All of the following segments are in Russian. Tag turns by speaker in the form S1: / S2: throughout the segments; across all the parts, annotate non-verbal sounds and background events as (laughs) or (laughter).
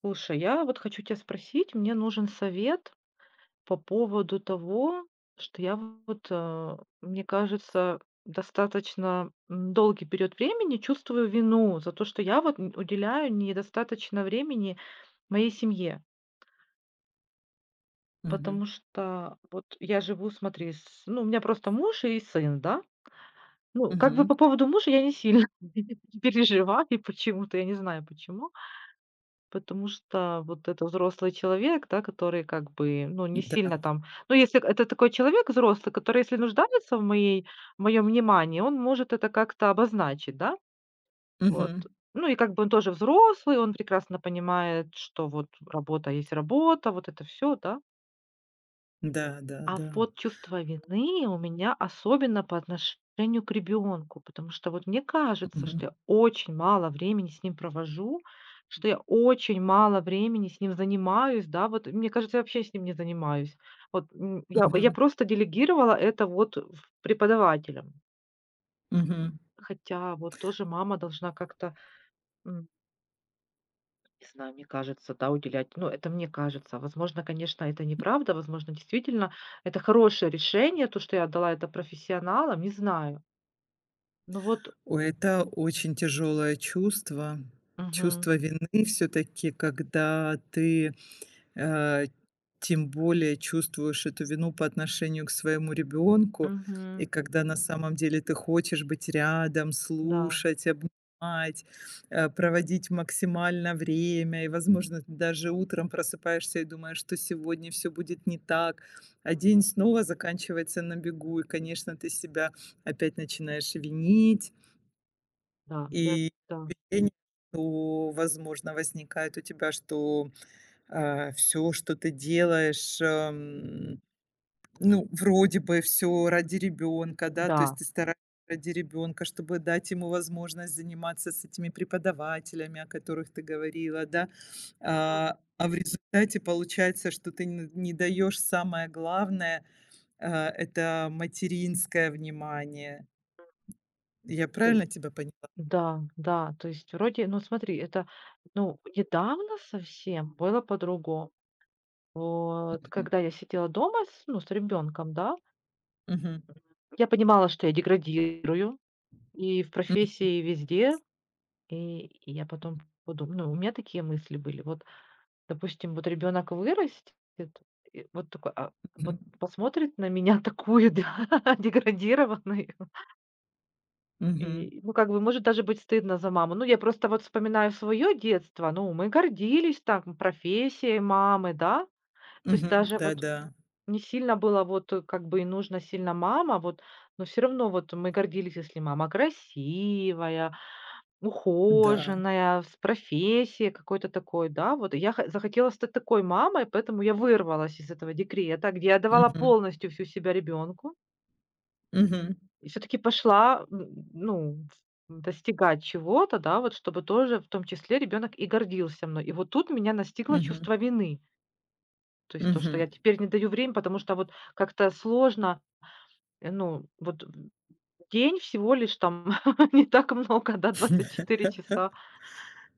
S1: Слушай, я вот хочу тебя спросить, мне нужен совет по поводу того, что я вот, мне кажется, достаточно долгий период времени чувствую вину за то, что я вот уделяю недостаточно времени моей семье.
S2: Мгм,
S1: Потому что вот я живу, смотри, ну, у меня просто муж и сын, да? Ну, как бы
S2: мгм,
S1: по поводу мужа я не сильно (laughs) переживаю, почему-то, я не знаю почему. Потому что вот это взрослый человек, да, который как бы, ну, не
S2: да,
S1: сильно там. Ну, если это такой человек взрослый, который, если нуждается в моем внимании, он может это как-то обозначить, да, вот.
S2: мгм,
S1: Ну, и как бы он тоже взрослый, он прекрасно понимает, что вот работа есть работа, вот это все, да.
S2: да, да,
S1: А
S2: да,
S1: вот чувство вины у меня особенно по отношению к ребенку, потому что вот мне кажется, что
S2: мгм,
S1: я очень мало времени с ним провожу, что я очень мало времени с ним занимаюсь, да, вот мне кажется, я вообще с ним не занимаюсь. Вот я
S2: мгм,
S1: просто делегировала это вот в преподавателям.
S2: мгм.
S1: Хотя вот тоже мама должна как-то. Не знаю, мне кажется, да, уделять. Ну, это мне кажется. Возможно, конечно, это неправда. Возможно, действительно, это хорошее решение, то, что я отдала это профессионалам, не знаю. Ну вот,
S2: Ой, это очень тяжелое чувство,
S1: мгм,
S2: чувство вины все-таки, когда ты э, тем более чувствуешь эту вину по отношению к своему ребенку. И
S1: мгм,
S2: когда на самом деле ты хочешь быть рядом,
S1: да,
S2: слушать, обнимать, проводить максимально время. И, возможно, ты даже утром просыпаешься и думаешь, что сегодня все будет не так. А день снова заканчивается на бегу. И, конечно, ты себя опять начинаешь винить.
S1: да, я,
S2: И
S1: да,
S2: ощущение, что, возможно, возникает у тебя, что все, что ты делаешь, ну, вроде бы все ради ребенка, да, то
S1: да,
S2: есть ты стараешься ради ребенка, чтобы дать ему возможность заниматься с этими преподавателями, о которых ты говорила, да. А в результате получается, что ты не даёшь самое главное, а, это материнское внимание. Я
S1: то е
S2: правильно тебя поняла?
S1: да, да. То есть вроде, ну, смотри, это, ну, недавно совсем было по-другому. Вот,
S2: Мгм.
S1: когда я сидела дома с, ну, с ребенком, да,
S2: Мгм.
S1: я понимала, что я деградирую и в профессии, и везде. И я потом подумала, ну, у меня такие мысли были. Вот, допустим, вот ребенок вырастет, и вот такой,
S2: Мгм.
S1: вот посмотрит на меня такую, да, (laughs) деградированную.
S2: Мгм.
S1: И, ну, как бы, может даже быть стыдно за маму. Ну, я просто вот вспоминаю свое детство. Ну, мы гордились там профессией мамы, да. То есть
S2: Мгм.
S1: даже вот
S2: Да-да.
S1: не сильно было вот как бы и нужно сильно мама, вот, но все равно вот мы гордились, если мама красивая, ну,
S2: Да.
S1: ухоженная, с профессией какой-то такой, да. Вот я хо захотела стать такой мамой, поэтому я вырвалась из этого декрета, где я давала
S2: Мгм.
S1: полностью всю себя ребенку
S2: Мгм.
S1: и все таки пошла, ну, в достигать чего-то, да, вот чтобы тоже, в том числе, ребенок и гордился мной. И вот тут меня настигло
S2: Мгм,
S1: чувство вины. То есть то, что я
S2: мгм.
S1: теперь не даю время, потому что вот как-то сложно, ну, вот, день всего лишь там (laughs) не так много, да, 24 часа,
S2: (laughs)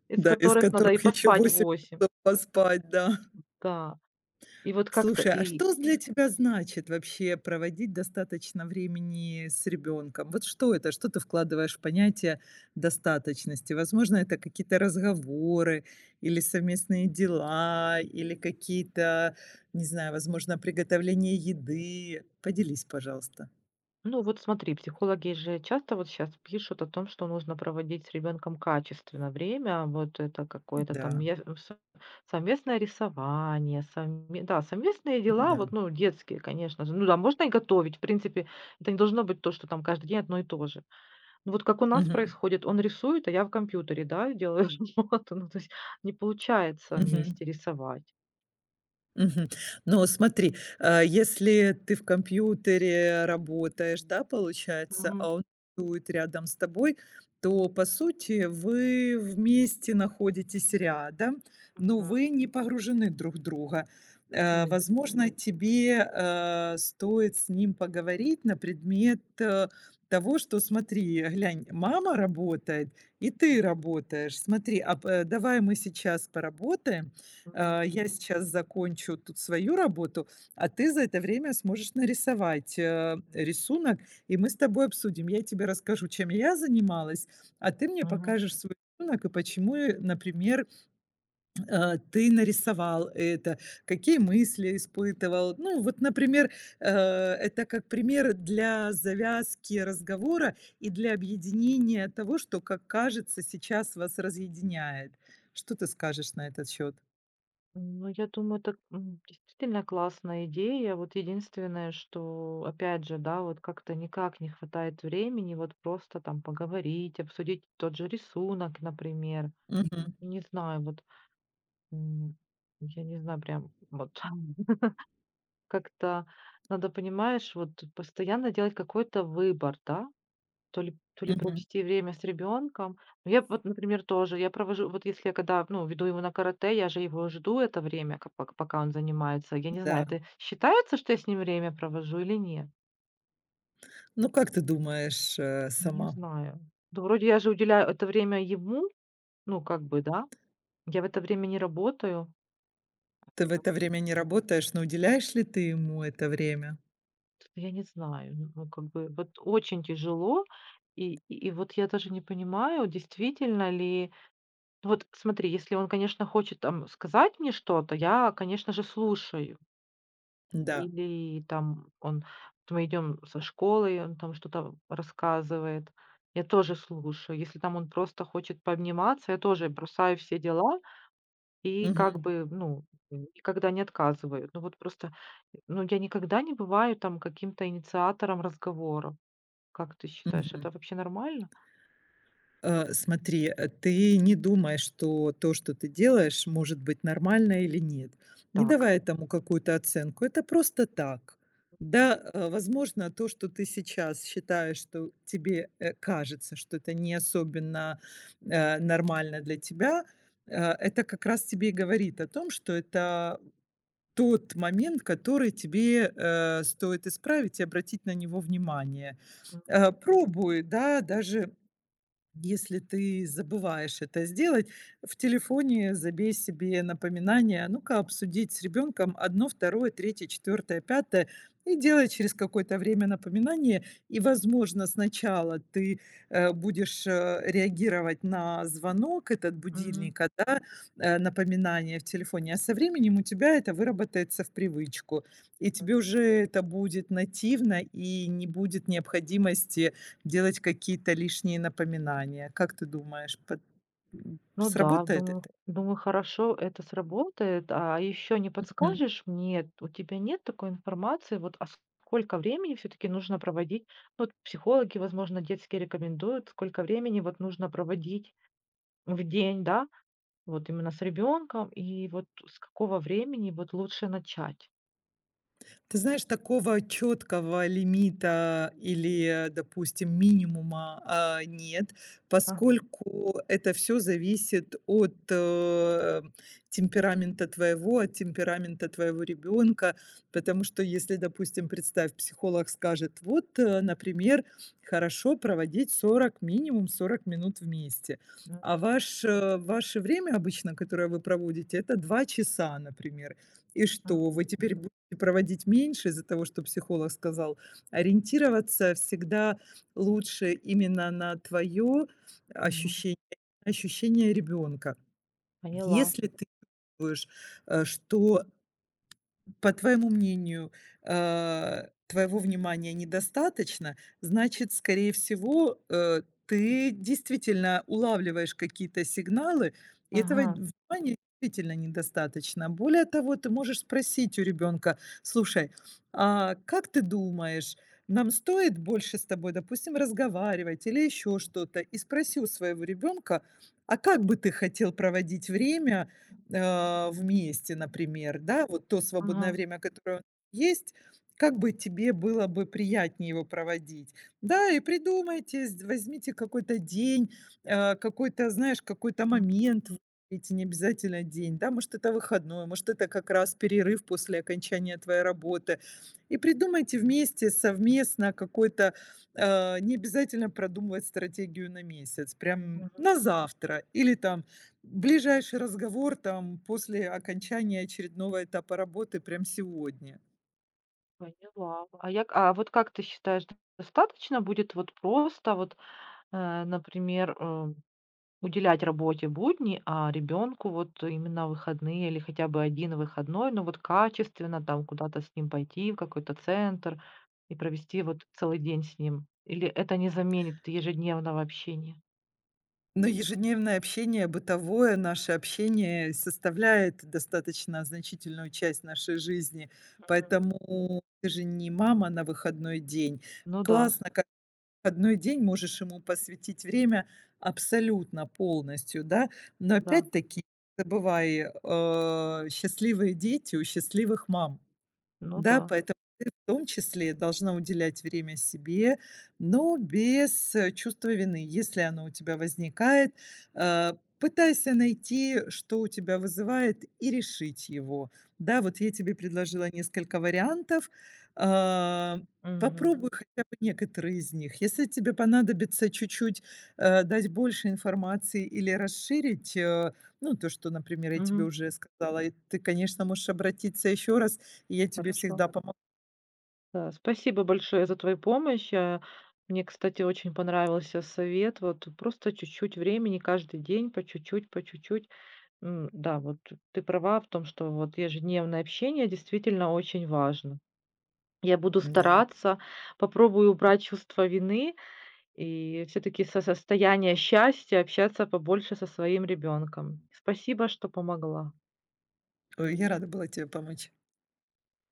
S1: из
S2: Да, из
S1: которых надо и
S2: которых еще
S1: поспать
S2: 8
S1: 8.
S2: часов поспать, да.
S1: Да, и вот как-то
S2: Слушай, а
S1: и
S2: что для тебя значит вообще проводить достаточно времени с ребенком? Вот что это? Что ты вкладываешь в понятие достаточности? Возможно, это какие-то разговоры или совместные дела, или какие-то, не знаю, возможно, приготовление еды. Поделись, пожалуйста.
S1: ну вот смотри, психологи же часто вот сейчас пишут о том, что нужно проводить с ребенком качественно время. Вот это какое-то там
S2: Да,
S1: я в совместное рисование, совме да, совместные дела,
S2: да.
S1: вот, ну, детские, конечно же. Ну да, можно и готовить. В принципе, это не должно быть то, что там каждый день одно и то же. Ну вот как у нас
S2: Мгм,
S1: происходит: он рисует, а я в компьютере, да, делаю (laughs) работу. Ну, то есть не получается
S2: мгм.
S1: вместе рисовать.
S2: Мгм. Но смотри, а, если ты в компьютере работаешь, да, получается,
S1: Мгм.
S2: а он будет рядом с тобой, то, по сути, вы вместе находитесь рядом, но
S1: М.
S2: вы не погружены друг в друга.
S1: Нет.
S2: Возможно, тебе, стоит с ним поговорить на предмет, того, что: "Смотри, глянь, мама работает, и ты работаешь. Смотри, а, давай мы сейчас поработаем,
S1: Мгм.
S2: а, я сейчас закончу тут свою работу, а ты за это время сможешь нарисовать рисунок, и мы с тобой обсудим. Я тебе расскажу, чем я занималась, а ты мне
S1: Мгм.
S2: покажешь свой рисунок и почему, например, ты нарисовал это, какие мысли испытывал. Ну, вот, например, это как пример для завязки разговора и для объединения того, что, как кажется, сейчас вас разъединяет. Что ты скажешь на этот счет?
S1: Ну, я думаю, это, действительно классная идея. Вот единственное, что, опять же, да, вот как-то никак не хватает времени вот просто там поговорить, обсудить тот же рисунок, например. Не знаю, вот, м, я не знаю, прям вот (laughs) как-то надо, понимаешь, вот постоянно делать какой-то выбор, да? То ли
S2: Мгм.
S1: провести время с ребенком. Ну, я вот, например, тоже, я провожу вот если я когда, ну, веду его на карате, я же его жду это время, ка пока он занимается. Я не знаю,
S2: Да.
S1: это считается, что я с ним время провожу или нет?
S2: Ну, как ты думаешь,
S1: Не
S2: сама?
S1: знаю. Да вроде я же уделяю это время ему, ну, как бы, да. Я в это время не работаю.
S2: Ты в
S1: Вот
S2: это время не работаешь, но уделяешь ли ты ему это время?
S1: я не знаю, ну, ну, как бы вот очень тяжело. И вот я даже не понимаю, действительно ли. Ну вот смотри, если он, конечно, хочет там сказать мне что-то, я, конечно же, слушаю.
S2: Да.
S1: Или там он вот мы идем со школы, и он там что-то рассказывает, я тоже слушаю. Если там он просто хочет пообниматься, я тоже бросаю все дела и как
S2: Мгм.
S1: бы, ну, никогда не отказываю. Ну вот просто, ну, я никогда не бываю там каким-то инициатором разговора. Как ты считаешь, это
S2: Мгм.
S1: вообще нормально?
S2: Смотри, ты не думай, что то, что ты делаешь, может быть нормально или нет. Не
S1: Так.
S2: давай этому какую-то оценку. Это просто так. Да, возможно, то, что ты сейчас считаешь, что тебе кажется, что это не особенно нормально для тебя, э, это как раз тебе и говорит о том, что это тот момент, который тебе стоит исправить и обратить на него внимание.
S1: М,
S2: Пробуй, да, даже если ты забываешь это сделать, в телефоне забей себе напоминание, а ну-ка обсудить с ребенком одно, второе, третье, четвертое, пятое, и делай через какое-то время напоминание. И, возможно, сначала ты будешь реагировать на звонок, этот
S1: мгм.
S2: будильника, да, напоминание в телефоне, а со временем у тебя это выработается в привычку, и тебе уже это будет нативно, и не будет необходимости делать какие-то лишние напоминания. Как ты думаешь,
S1: Ну да,
S2: сработает
S1: думаю
S2: это?
S1: думаю, хорошо это сработает. А еще не
S2: Мгм.
S1: подскажешь мне, у тебя нет такой информации, вот, а сколько времени все-таки нужно проводить? Вот психологи, возможно, детские рекомендуют, сколько времени вот нужно проводить в день, да, вот именно с ребенком, и вот с какого времени вот лучше начать?
S2: Ты знаешь, такого четкого лимита или, допустим, минимума, а, нет,
S1: Ага,
S2: поскольку это все зависит от, темперамента твоего, от темперамента твоего ребенка. Потому что если, допустим, представь, психолог скажет: "Вот, например, хорошо проводить 40 минимум 40 минут вместе". А
S1: мгм,
S2: ваше время обычно, которое вы проводите, это 2 часа, например. И
S1: м,
S2: что, вы теперь и проводить меньше из-за того, что психолог сказал. Ориентироваться всегда лучше именно на твое
S1: мгм.
S2: ощущение, ощущение ребенка.
S1: Поняла.
S2: Если ты чувствуешь, что по твоему мнению, твоего внимания недостаточно, значит, скорее всего, ты действительно улавливаешь какие-то сигналы, и этого
S1: Ага,
S2: внимания действительно недостаточно. Более того, ты можешь спросить у ребенка, слушай, а как ты думаешь, нам стоит больше с тобой, допустим, разговаривать или еще что-то? И спроси у своего ребенка, а как бы ты хотел проводить время, вместе, например, да, вот то свободное
S1: ага,
S2: время, которое есть, как бы тебе было бы приятнее его проводить. Да, и придумайте, возьмите какой-то день, какой-то, знаешь, какой-то
S1: м,
S2: момент, выберите, не обязательно день, да, может, это выходной, может, это как раз перерыв после окончания твоей работы. И придумайте вместе, совместно какой-то, не обязательно продумывать стратегию на месяц, прям
S1: мгм.
S2: на завтра или там ближайший разговор там после окончания очередного этапа работы прям сегодня.
S1: Поняла. А я, а вот как ты считаешь, достаточно будет вот просто вот. Например, уделять работе будни, а ребенку вот именно выходные или хотя бы один выходной, но вот качественно там куда-то с ним пойти, в какой-то центр и провести вот целый день с ним. Или это не заменит ежедневного общения?
S2: Но ежедневное общение, бытовое наше общение составляет достаточно значительную часть нашей жизни. Поэтому ты же не мама на выходной день.
S1: Ну да,
S2: Классно, как в выходной день можешь ему посвятить время абсолютно полностью, да. Но
S1: да,
S2: опять-таки, не забывай, счастливые дети у счастливых мам.
S1: ну
S2: Да,
S1: да.
S2: поэтому ты в том числе должна уделять время себе, но без, чувства вины. Если оно у тебя возникает, э, пытайся найти, что у тебя вызывает, и решить его. Да, вот я тебе предложила несколько вариантов. А,
S1: Мгм,
S2: попробуй хотя бы некоторые из них. Если тебе понадобится чуть-чуть, дать больше информации или расширить, ну, то, что, например, я тебе
S1: мгм.
S2: уже сказала, и ты, конечно, можешь обратиться еще раз, я тебе
S1: Хорошо.
S2: всегда помогу.
S1: Да, спасибо большое за твою помощь. Мне, кстати, очень понравился совет. Вот просто чуть-чуть времени каждый день, по чуть-чуть, по чуть-чуть. Да, вот ты права в том, что вот ежедневное общение действительно очень важно. Я буду
S2: Да.
S1: стараться, попробую убрать чувство вины и все-таки со состояния счастья общаться побольше со своим ребенком. Спасибо, что помогла.
S2: Ой, я рада была тебе помочь.